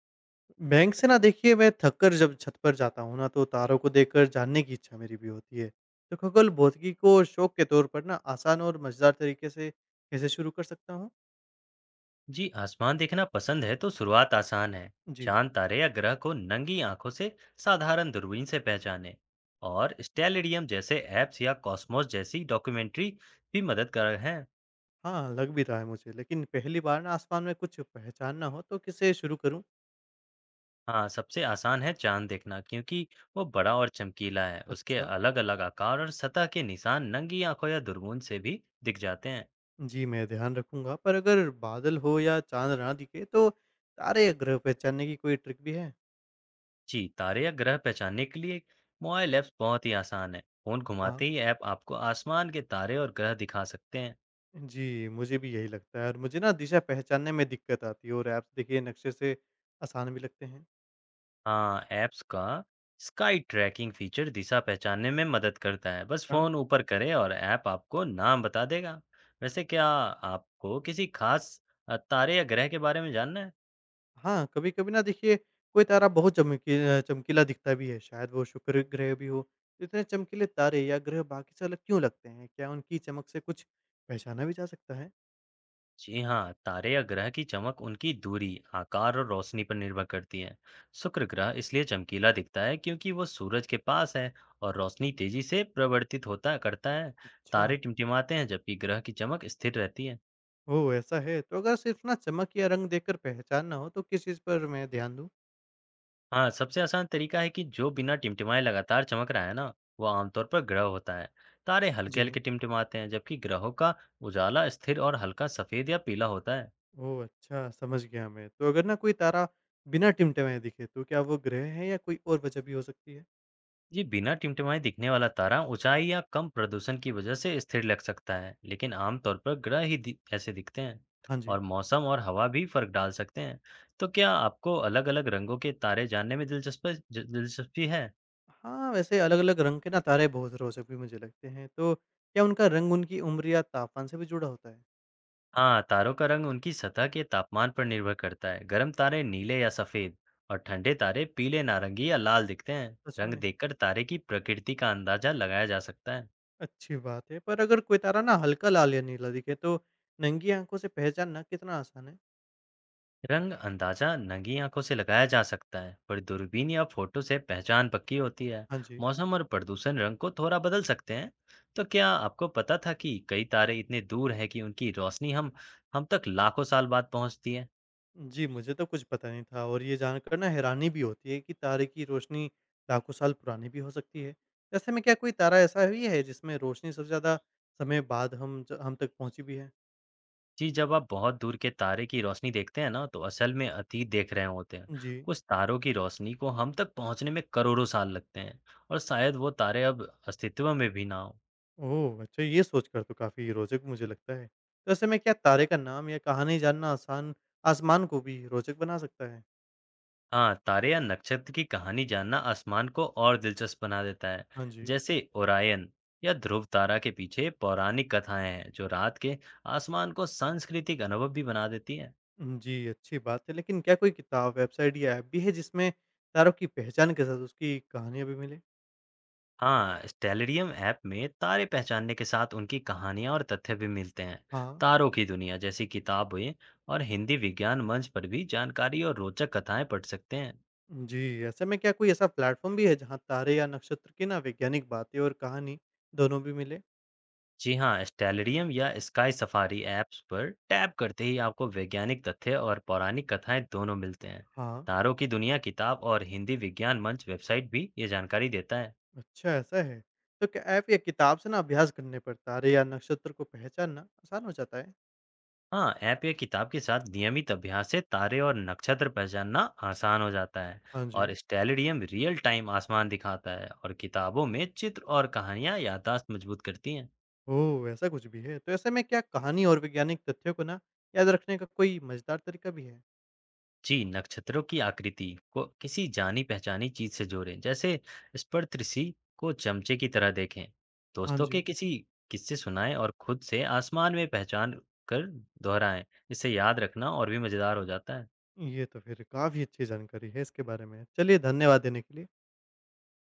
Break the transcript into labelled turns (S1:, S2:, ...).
S1: Bank से ना देखिए, मैं थक कर जब छत पर जाता हूँ ना तो तारों को देखकर जानने की इच्छा मेरी भी होती है। तो खगोल भौतिकी को शौक के तौर पर ना आसान और मजेदार तरीके से कैसे शुरू कर सकता हूँ।
S2: जी, आसमान देखना पसंद है तो शुरुआत आसान है।
S1: जी।
S2: चांद, तारे या ग्रह को नंगी आंखों से साधारण दूरबीन से पहचानें। और स्टेलेरियम जैसे ऐप्स या कॉस्मोस जैसी डॉक्यूमेंट्री भी मदद कर हैं।
S1: हाँ, लग भी रहा है मुझे, लेकिन पहली बार ना आसमान में कुछ पहचानना हो तो किसे शुरू करूँ।
S2: हाँ, सबसे आसान है चांद देखना, क्योंकि वो बड़ा और चमकीला है। उसके
S1: अच्छा।
S2: अलग अलग आकार और सतह के निशान नंगी आंखों या दूरबीन से भी दिख जाते हैं।
S1: जी, मैं ध्यान रखूंगा, पर अगर बादल हो या चांद ना दिखे तो तारे या ग्रह पहचानने की कोई ट्रिक भी है।
S2: जी, तारे या ग्रह पहचानने के लिए मोबाइल ऐप्स बहुत ही आसान है। फोन घुमाते ही ऐप आपको आसमान के तारे और ग्रह दिखा सकते हैं।
S1: जी, मुझे भी यही लगता है और मुझे ना दिशा पहचानने में दिक्कत आती है और ऐप्स देखिए नक्शे से आसान भी लगते हैं।
S2: हाँ, ऐप्स का स्काई ट्रैकिंग फीचर दिशा पहचानने में मदद करता है। बस
S1: अच्छा।
S2: फोन ऊपर करें और ऐप आपको नाम बता देगा। वैसे क्या आपको किसी खास तारे या ग्रह के बारे में जानना है।
S1: हाँ, कभी-कभी ना देखिए कोई तारा बहुत चमकीला दिखता भी है, शायद वो शुक्र ग्रह भी हो। तो इतने चमकीले तारे या ग्रह बाकी से अलग क्यों लगते हैं? क्या उनकी चमक से कुछ पहचाना भी जा सकता है?
S2: जी हाँ, तारे या ग्रह की चमक उनकी दूरी, आकार और रोशनी पर निर्भर करती है। शुक्र ग्रह इसलिए चमकीला दिखता है क्योंकि वो सूरज के पास है और रोशनी तेजी से प्रवर्तित होता करता है।
S1: अच्छा।
S2: तारे टिमटिमाते हैं जबकि ग्रह की चमक स्थिर रहती है।
S1: ओह! ऐसा है, तो अगर सिर्फ़ ना चमक या रंग देखकर पहचानना हो तो किस चीज़ पर मैं ध्यान दूँ?
S2: हाँ, सबसे आसान तरीका है कि जो बिना टिमटिमाए लगातार चमक रहा है ना, वो आमतौर पर ग्रह होता है। तारे
S1: जी।
S2: हल्के-हल्के टिमटिमाते हैं, जबकि ग्रहों का उजाला स्थिर और हल्का सफेद या पीला होता है।
S1: ओह! अच्छा, समझ गया मैं। तो अगर ना कोई तारा बिना टिमटिमाए दिखे तो क्या वो ग्रह है या कोई और वजह भी हो सकती है?
S2: ये बिना टिमटिमाए दिखने वाला तारा ऊंचाई या कम प्रदूषण की वजह से स्थिर लग सकता है, लेकिन आमतौर पर ग्रह ही दि ऐसे दिखते हैं।
S1: हाँ
S2: और
S1: जी।
S2: मौसम और हवा भी फर्क डाल सकते हैं। तो क्या आपको अलग-अलग रंगों के तारे जानने में दिलचस्पी है?
S1: हाँ, वैसे अलग-अलग रंग के ना तारे बहुत रोचक भी मुझे लगते हैं। तो क्या उनका रंग उनकी उम्र या तापमान से भी जुड़ा होता है?
S2: हाँ, तारों का रंग उनकी सतह के तापमान पर निर्भर करता है। गर्म तारे नीले या सफेद और ठंडे तारे पीले, नारंगी या लाल दिखते हैं।
S1: सच
S2: रंग
S1: में?
S2: देखकर तारे की प्रकृति का अंदाजा लगाया जा सकता है।
S1: अच्छी बात है। पर अगर कोई तारा ना हल्का लाल या नीला दिखे तो नंगी आँखों से पहचानना कितना आसान है?
S2: रंग अंदाजा नंगी आंखों से लगाया जा सकता है, पर दूरबीन या फोटो से पहचान पक्की होती है।
S1: हाँ जी।
S2: मौसम और प्रदूषण रंग को थोड़ा बदल सकते हैं। तो क्या आपको पता था कि कई तारे इतने दूर हैं कि उनकी रोशनी हम तक लाखों साल बाद पहुंचती है।
S1: जी, मुझे तो कुछ पता नहीं था और ये जानकर ना हैरानी भी होती है कि तारे की रोशनी लाखों साल पुरानी भी हो सकती है। ऐसे में क्या कोई तारा ऐसा भी है जिसमें रोशनी सबसे ज़्यादा समय बाद हम तक पहुँची भी है?
S2: जी, जब आप बहुत दूर के तारे की रोशनी देखते हैं ना, तो असल में अतीत देख रहे होते हैं।
S1: जी।
S2: कुछ तारों की रोशनी को हम तक पहुंचने में करोड़ों साल लगते हैं और शायद वो तारे अब अस्तित्व में भी ना हो।
S1: ओह! अच्छा, ये सोचकर तो काफ़ी रोचक मुझे लगता है। तो ऐसे में क्या तारे का नाम या कहानी जानना आसान आसमान को भी रोचक बना सकता है?
S2: हाँ, तारे या नक्षत्र की कहानी जानना आसमान को और दिलचस्प बना देता है।
S1: हाँ जी।
S2: जैसे ओरायन या ध्रुव तारा के पीछे पौराणिक कथाएं हैं, जो रात के आसमान को सांस्कृतिक अनुभव भी बना देती हैं।
S1: जी, अच्छी बात है, लेकिन क्या कोई किताब, वेबसाइट या ऐप भी है जिसमें तारों की पहचान के साथ उसकी कहानियाँ भी मिलें?
S2: हाँ, स्टेलरियम ऐप में तारे पहचानने के साथ उनकी कहानियां और तथ्य भी मिलते हैं।
S1: हाँ।
S2: तारों की दुनिया जैसी किताबें और हिंदी विज्ञान मंच पर भी जानकारी और रोचक कथाएं पढ़ सकते हैं।
S1: जी, ऐसे में क्या कोई ऐसा प्लेटफ़ॉर्म भी है जहाँ तारे या नक्षत्र की ना वैज्ञानिक बातें और कहानी दोनों भी मिले?
S2: जी हाँ, स्टेलरियम या स्काई सफारी ऐप्स पर टैप करते ही आपको वैज्ञानिक तथ्य और पौराणिक कथाएं दोनों मिलते हैं।
S1: हाँ।
S2: तारों की दुनिया किताब और हिंदी विज्ञान मंच वेबसाइट भी ये जानकारी देता है।
S1: अच्छा, ऐसा है। तो क्या ऐप या किताब से ना अभ्यास करने पर तारे या नक्षत्र को पहचानना आसान हो जाता है?
S2: हाँ, ऐप या किताब के साथ नियमित अभ्यास से तारे और नक्षत्र पहचानना आसान हो जाता है।
S1: हाँ जी।
S2: और स्टेरिडियम रियल टाइम आसमान दिखाता है और किताबों में चित्र और कहानियां याददाश्त मजबूत करती हैं।
S1: ओह! ऐसा कुछ भी है। तो ऐसे में क्या कहानी और वैज्ञानिक तथ्यों को ना याद रखने का कोई मज़ेदार तरीका भी है?
S2: जी, नक्षत्रों की आकृति को किसी जानी पहचानी चीज से जोड़ें, जैसे स्पर्शदृष्टि को चमचे की तरह देखें।
S1: हाँ
S2: दोस्तों के
S1: जी।
S2: किसी किस्से सुनाएं और खुद से आसमान में पहचान कर दोहराएं। इससे याद रखना और भी मजेदार हो जाता है।
S1: ये तो फिर काफ़ी अच्छी जानकारी है इसके बारे में। चलिए, धन्यवाद देने के लिए।